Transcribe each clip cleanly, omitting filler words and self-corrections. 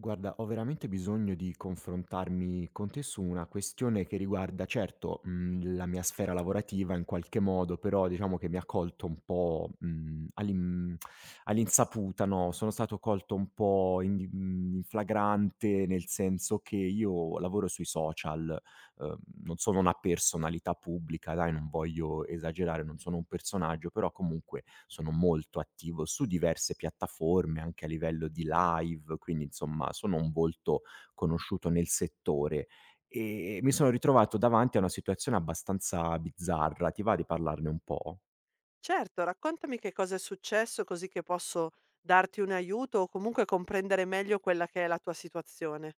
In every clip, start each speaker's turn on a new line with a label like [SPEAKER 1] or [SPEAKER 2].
[SPEAKER 1] Guarda, ho veramente bisogno di confrontarmi con te su una questione che riguarda, certo, la mia sfera lavorativa in qualche modo, però diciamo che mi ha colto un po', all'insaputa, no, sono stato colto un po' in flagrante, nel senso che io lavoro sui social, uhm, non sono una personalità pubblica, dai, non voglio esagerare, non sono un personaggio, però comunque sono molto attivo su diverse piattaforme, anche a livello di live, quindi insomma sono un volto conosciuto nel settore. Mi sono ritrovato davanti a una situazione abbastanza bizzarra. Ti va di parlarne un po'?
[SPEAKER 2] Certo, raccontami che cosa è successo così che posso darti un aiuto o comunque comprendere meglio quella che è la tua situazione.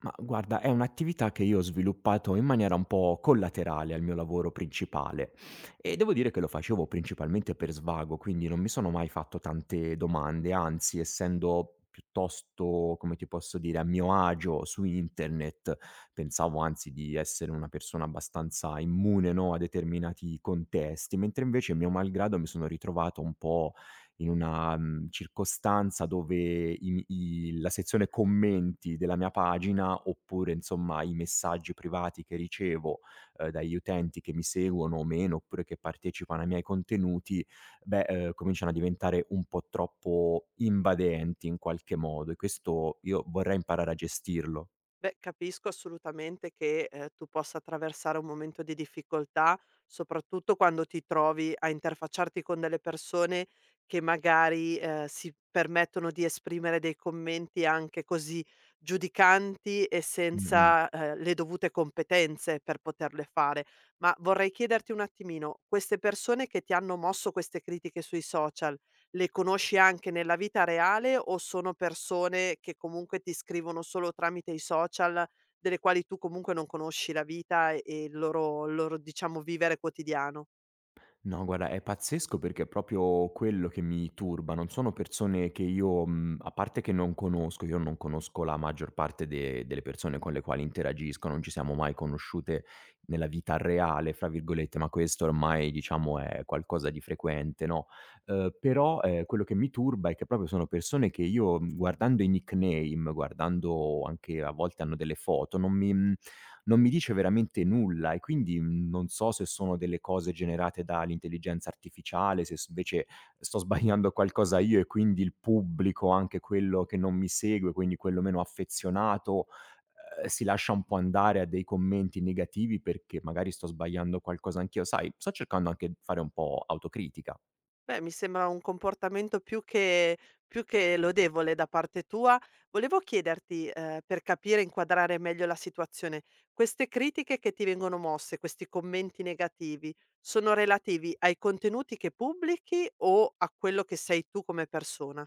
[SPEAKER 1] Ma guarda, è un'attività che io ho sviluppato in maniera un po' collaterale al mio lavoro principale e devo dire che lo facevo principalmente per svago, quindi non mi sono mai fatto tante domande, anzi, essendo piuttosto, come ti posso dire, a mio agio su internet, pensavo anzi di essere una persona abbastanza immune, no, a determinati contesti, mentre invece mio malgrado mi sono ritrovato un po' in una, circostanza dove i i la sezione commenti della mia pagina, oppure insomma i messaggi privati che ricevo, dagli utenti che mi seguono o meno, oppure che partecipano ai miei contenuti, beh, cominciano a diventare un po' troppo invadenti in qualche modo e questo io vorrei imparare a gestirlo.
[SPEAKER 2] Beh, capisco assolutamente che, tu possa attraversare un momento di difficoltà, soprattutto quando ti trovi a interfacciarti con delle persone che magari, si permettono di esprimere dei commenti anche così giudicanti e
[SPEAKER 1] Mh-mh.
[SPEAKER 2] senza, le dovute competenze per poterle fare. Ma vorrei chiederti un attimino, queste persone che ti hanno mosso queste critiche sui social, le conosci anche nella vita reale o sono persone che comunque ti scrivono solo tramite i social, delle quali tu comunque non conosci la vita e il loro diciamo vivere quotidiano?
[SPEAKER 1] No, guarda, è pazzesco perché è proprio quello che mi turba. Non sono persone che io, a parte che non conosco, io non conosco la maggior parte de delle persone con le quali interagisco, non ci siamo mai conosciute nella "vita reale", fra virgolette, ma questo ormai diciamo è qualcosa di frequente, no, però, quello che mi turba è che proprio sono persone che io, guardando i nickname, guardando anche a volte hanno delle foto, non mi dice veramente nulla e quindi, non so se sono delle cose generate dall'intelligenza artificiale, se s invece sto sbagliando qualcosa io e quindi il pubblico, anche quello che non mi segue, quindi quello meno affezionato, si lascia un po' andare a dei commenti negativi perché magari sto sbagliando qualcosa anch'io. Sai, sto cercando anche di fare un po' autocritica.
[SPEAKER 2] Beh, mi sembra un comportamento più che lodevole da parte tua. Volevo chiederti, per capire e inquadrare meglio la situazione, queste critiche che ti vengono mosse, questi commenti negativi, sono relativi ai contenuti che pubblichi o a quello che sei tu come persona?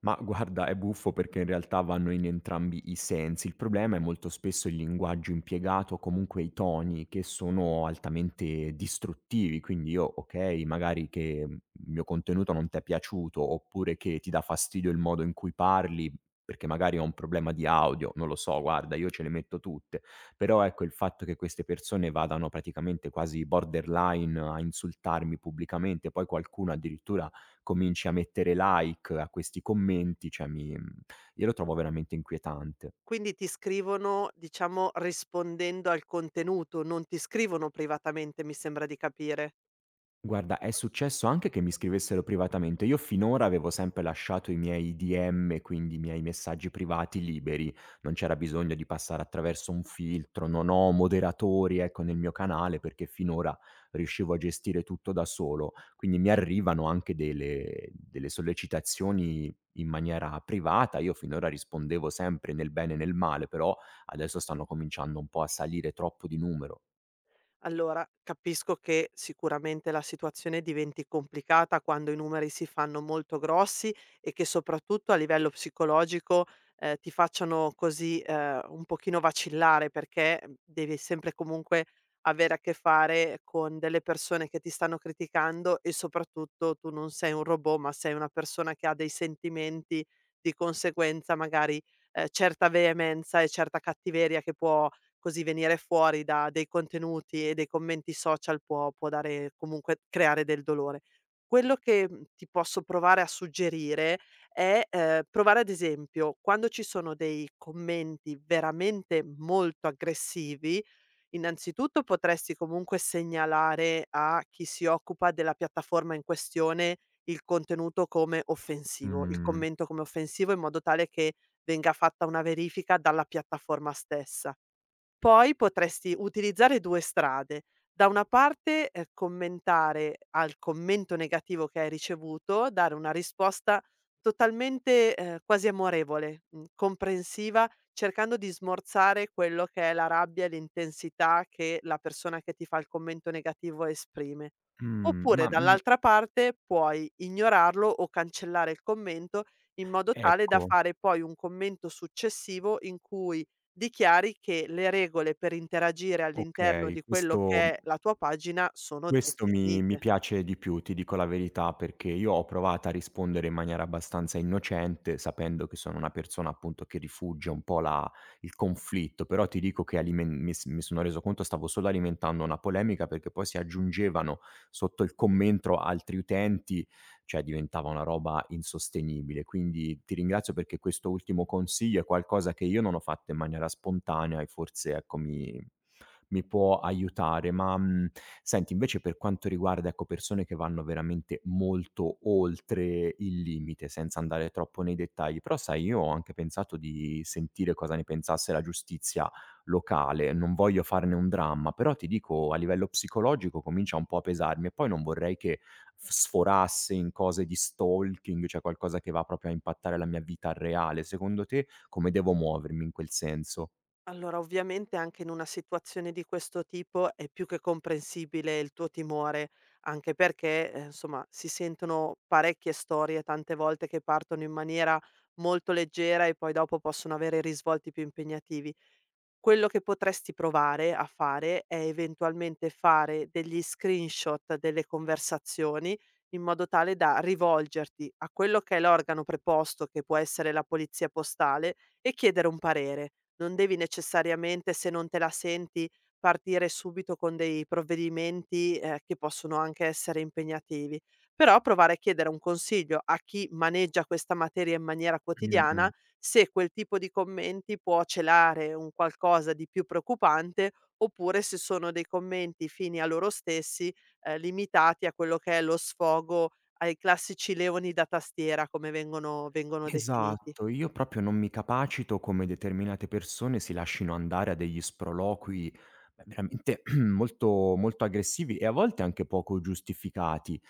[SPEAKER 1] Ma guarda, è buffo perché in realtà vanno in entrambi i sensi. Il problema è molto spesso il linguaggio impiegato, o comunque i toni che sono altamente distruttivi. Quindi io, ok, magari che il mio contenuto non ti è piaciuto, oppure che ti dà fastidio il modo in cui parli, perché magari ho un problema di audio, non lo so, guarda, io ce le metto tutte. Però ecco il fatto che queste persone vadano praticamente quasi borderline a insultarmi pubblicamente, poi qualcuno addirittura cominci a mettere like a questi commenti, cioè mi io lo trovo veramente inquietante.
[SPEAKER 2] Quindi ti scrivono, diciamo, rispondendo al contenuto, non ti scrivono privatamente, mi sembra di capire.
[SPEAKER 1] Guarda, è successo anche che mi scrivessero privatamente. Io finora avevo sempre lasciato i miei DM, quindi i miei messaggi privati liberi, non c'era bisogno di passare attraverso un filtro, non ho moderatori, ecco, nel mio canale perché finora riuscivo a gestire tutto da solo. Quindi mi arrivano anche delle sollecitazioni in maniera privata, io finora rispondevo sempre nel bene e nel male, però adesso stanno cominciando un po' a salire troppo di numero.
[SPEAKER 2] Allora, capisco che sicuramente la situazione diventi complicata quando i numeri si fanno molto grossi e che soprattutto a livello psicologico ti facciano così un pochino vacillare perché devi sempre comunque avere a che fare con delle persone che ti stanno criticando e soprattutto tu non sei un robot, ma sei una persona che ha dei sentimenti, di conseguenza magari certa veemenza e certa cattiveria che può così venire fuori da dei contenuti e dei commenti social può dare comunque creare del dolore. Quello che, ti posso provare a suggerire è, provare ad esempio, quando ci sono dei commenti veramente molto aggressivi, innanzitutto potresti comunque segnalare a chi si occupa della piattaforma in questione il contenuto come offensivo, il
[SPEAKER 1] Mh,
[SPEAKER 2] commento come offensivo in modo tale che venga fatta una verifica dalla piattaforma stessa. Poi potresti utilizzare 2 strade: da una parte, commentare al commento negativo che hai ricevuto, dare una risposta totalmente, quasi amorevole, comprensiva, cercando di smorzare quello che è la rabbia e l'intensità che la persona che ti fa il commento negativo esprime.
[SPEAKER 1] mh,
[SPEAKER 2] Oppure
[SPEAKER 1] ma,
[SPEAKER 2] dall'altra parte puoi ignorarlo o cancellare il commento in modo tale da
[SPEAKER 1] ecco.
[SPEAKER 2] fare poi un commento successivo in cui dichiari che le regole per interagire all'interno
[SPEAKER 1] Okay,
[SPEAKER 2] di quello che
[SPEAKER 1] questo
[SPEAKER 2] è la tua pagina sono
[SPEAKER 1] questo mi
[SPEAKER 2] definite.
[SPEAKER 1] piace di più, ti dico la verità, perché io ho provato a rispondere in maniera abbastanza innocente, sapendo che sono una persona appunto che rifugia un po' la il conflitto, però ti dico che alimen mi s mi sono reso conto stavo solo alimentando una polemica, perché poi si aggiungevano sotto il commento altri utenti, cioè diventava una roba insostenibile. Quindi ti ringrazio perché questo ultimo consiglio è qualcosa che io non ho fatto in maniera spontanea e forse, ecco, mi può aiutare, ma, senti invece per quanto riguarda, ecco, persone che vanno veramente molto oltre il limite, senza andare troppo nei dettagli, però sai io ho anche pensato di sentire cosa ne pensasse la giustizia locale, non voglio farne un dramma, però ti dico a livello psicologico comincia un po' a pesarmi e poi non vorrei che f sforasse in cose di stalking, cioè qualcosa che va proprio a impattare la mia vita reale. Secondo te come devo muovermi in quel senso?
[SPEAKER 2] Allora, ovviamente anche in una situazione di questo tipo è più che comprensibile il tuo timore, anche perché, insomma, si sentono parecchie storie tante volte che partono in maniera molto leggera e poi dopo possono avere risvolti più impegnativi. Quello che potresti provare a fare è eventualmente fare degli screenshot delle conversazioni in modo tale da rivolgerti a quello che è l'organo preposto, che può essere la polizia postale, e chiedere un parere. Non devi necessariamente, se non te la senti, partire subito con dei provvedimenti che possono anche essere impegnativi, però provare a chiedere un consiglio a chi maneggia questa materia in maniera quotidiana
[SPEAKER 1] Mh-mh.
[SPEAKER 2] se quel tipo di commenti può celare un qualcosa di più preoccupante oppure se sono dei commenti fini a loro stessi, limitati a quello che è lo sfogo ai classici leoni da tastiera come vengono definiti.
[SPEAKER 1] Esatto, io proprio non mi capacito come determinate persone si lascino andare a degli sproloqui, beh, veramente molto molto aggressivi e a volte anche poco giustificati.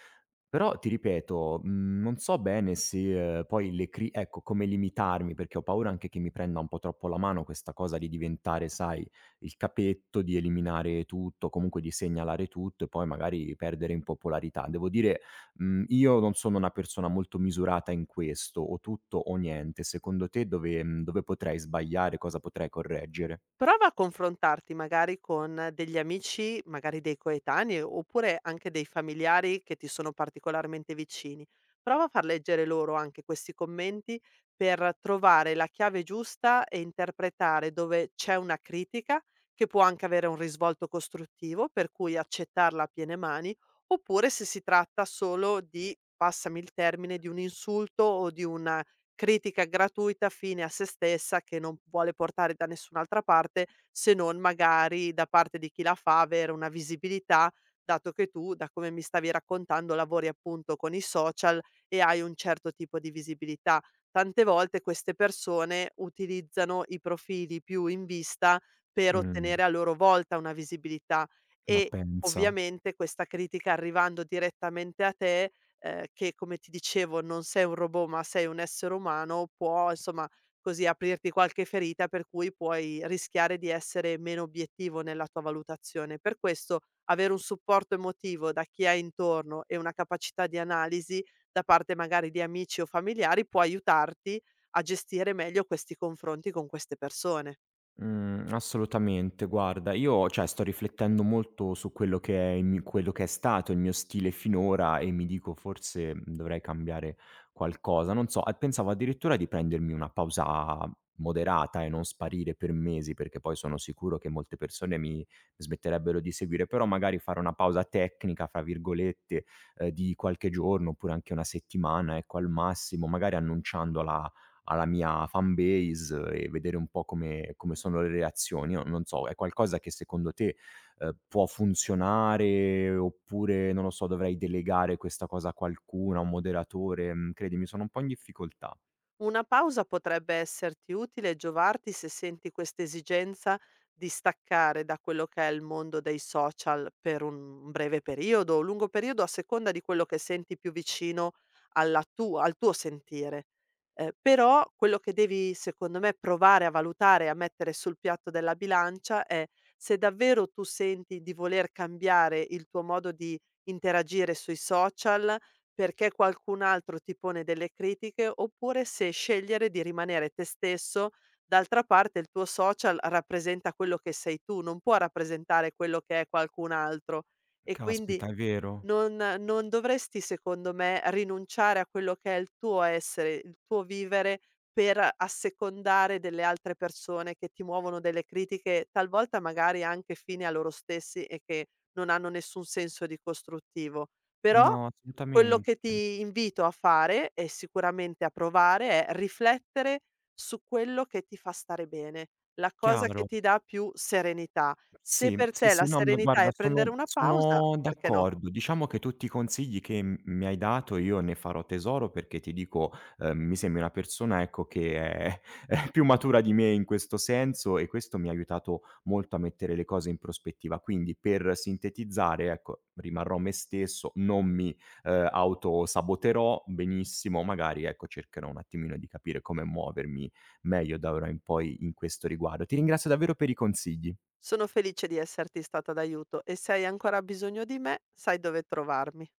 [SPEAKER 1] Però ti ripeto, non so bene se poi le cri ecco, come limitarmi, perché ho paura anche che mi prenda un po' troppo la mano questa cosa di diventare, sai, il capetto, di eliminare tutto, comunque di segnalare tutto e poi magari perdere in popolarità. Devo dire, io non sono una persona molto misurata in questo, o tutto o niente. Secondo te dove dove potrei sbagliare? Cosa potrei correggere?
[SPEAKER 2] Prova a confrontarti magari con degli amici, magari dei coetanei, oppure anche dei familiari che ti sono particolarmente vicini. Prova a far leggere loro anche questi commenti per trovare la chiave giusta e interpretare dove c'è una critica, che può anche avere un risvolto costruttivo, per cui accettarla a piene mani, oppure se si tratta solo di, passami il termine, di un insulto o di una critica gratuita, fine a se stessa, che non vuole portare da nessun'altra parte, se non magari da parte di chi la fa avere una visibilità, dato che tu, da come mi stavi raccontando, lavori appunto con i social e hai un certo tipo di visibilità. Tante volte queste persone utilizzano i profili più in vista per
[SPEAKER 1] Mh,
[SPEAKER 2] ottenere a loro volta una visibilità
[SPEAKER 1] ma
[SPEAKER 2] e
[SPEAKER 1] pensa.
[SPEAKER 2] ovviamente questa critica arrivando direttamente a te che come ti dicevo non sei un robot, ma sei un essere umano, può insomma così aprirti qualche ferita per cui puoi rischiare di essere meno obiettivo nella tua valutazione. Per questo avere un supporto emotivo da chi hai intorno e una capacità di analisi da parte magari di amici o familiari può aiutarti a gestire meglio questi confronti con queste persone.
[SPEAKER 1] Mhmm, Assolutamente. Guarda, io cioè sto riflettendo molto su quello che è il mi quello che è stato il mio stile finora e mi dico: "Forse, dovrei cambiare qualcosa." Non so, e pensavo addirittura di prendermi una pausa moderata e non sparire per mesi, perché poi sono sicuro che molte persone mi smetterebbero di seguire, però magari fare una "pausa tecnica", fra virgolette, di qualche giorno, oppure anche una settimana, ecco, al massimo, magari annunciandola alla mia fan base e vedere un po' come sono le reazioni. Io non so, è qualcosa che secondo te, può funzionare oppure, non lo so, dovrei delegare questa cosa a qualcuno, a un moderatore? Mhmm, credimi, sono un po' in difficoltà.
[SPEAKER 2] Una pausa potrebbe esserti utile e giovarti se senti questa esigenza di staccare da quello che è il mondo dei social per un breve periodo o lungo periodo, a seconda di quello che senti più vicino alla tua- al tuo sentire. Però quello che devi, secondo me, provare a valutare, a mettere sul piatto della bilancia è se davvero tu senti di voler cambiare il tuo modo di interagire sui social perché qualcun altro ti pone delle critiche, oppure se scegliere di rimanere te stesso. D'altra parte il tuo social rappresenta quello che sei tu, non può rappresentare quello che è qualcun altro e quindi
[SPEAKER 1] Caspita, è vero.
[SPEAKER 2] non dovresti, secondo me, rinunciare a quello che è il tuo essere, il tuo vivere per assecondare delle altre persone che ti muovono delle critiche, talvolta magari anche fini a loro stessi e che non hanno nessun senso di costruttivo. Però
[SPEAKER 1] No,
[SPEAKER 2] quello
[SPEAKER 1] assolutamente.
[SPEAKER 2] che ti invito a fare e sicuramente a provare è riflettere su quello che ti fa stare bene, la cosa che
[SPEAKER 1] Chiaro.
[SPEAKER 2] ti dà più serenità. Se
[SPEAKER 1] Sì,
[SPEAKER 2] per
[SPEAKER 1] sì,
[SPEAKER 2] te la
[SPEAKER 1] sì, no, ma
[SPEAKER 2] serenità
[SPEAKER 1] guarda
[SPEAKER 2] è
[SPEAKER 1] sono
[SPEAKER 2] prendere una pausa,
[SPEAKER 1] sono
[SPEAKER 2] perché no?
[SPEAKER 1] d'accordo. Diciamo che tutti i consigli che m mi hai dato io ne farò tesoro perché ti dico, mi sembri una persona, ecco, che è è più matura di me in questo senso e questo mi ha aiutato molto a mettere le cose in prospettiva. Quindi per sintetizzare, ecco, rimarrò me stesso, non mi, autosaboterò, benissimo, magari, ecco, cercherò un attimino di capire come muovermi meglio da ora in poi in questo riguardo. Ti ringrazio davvero per i consigli.
[SPEAKER 2] Sono felice di esserti stata d'aiuto e se hai ancora bisogno di me, sai dove trovarmi.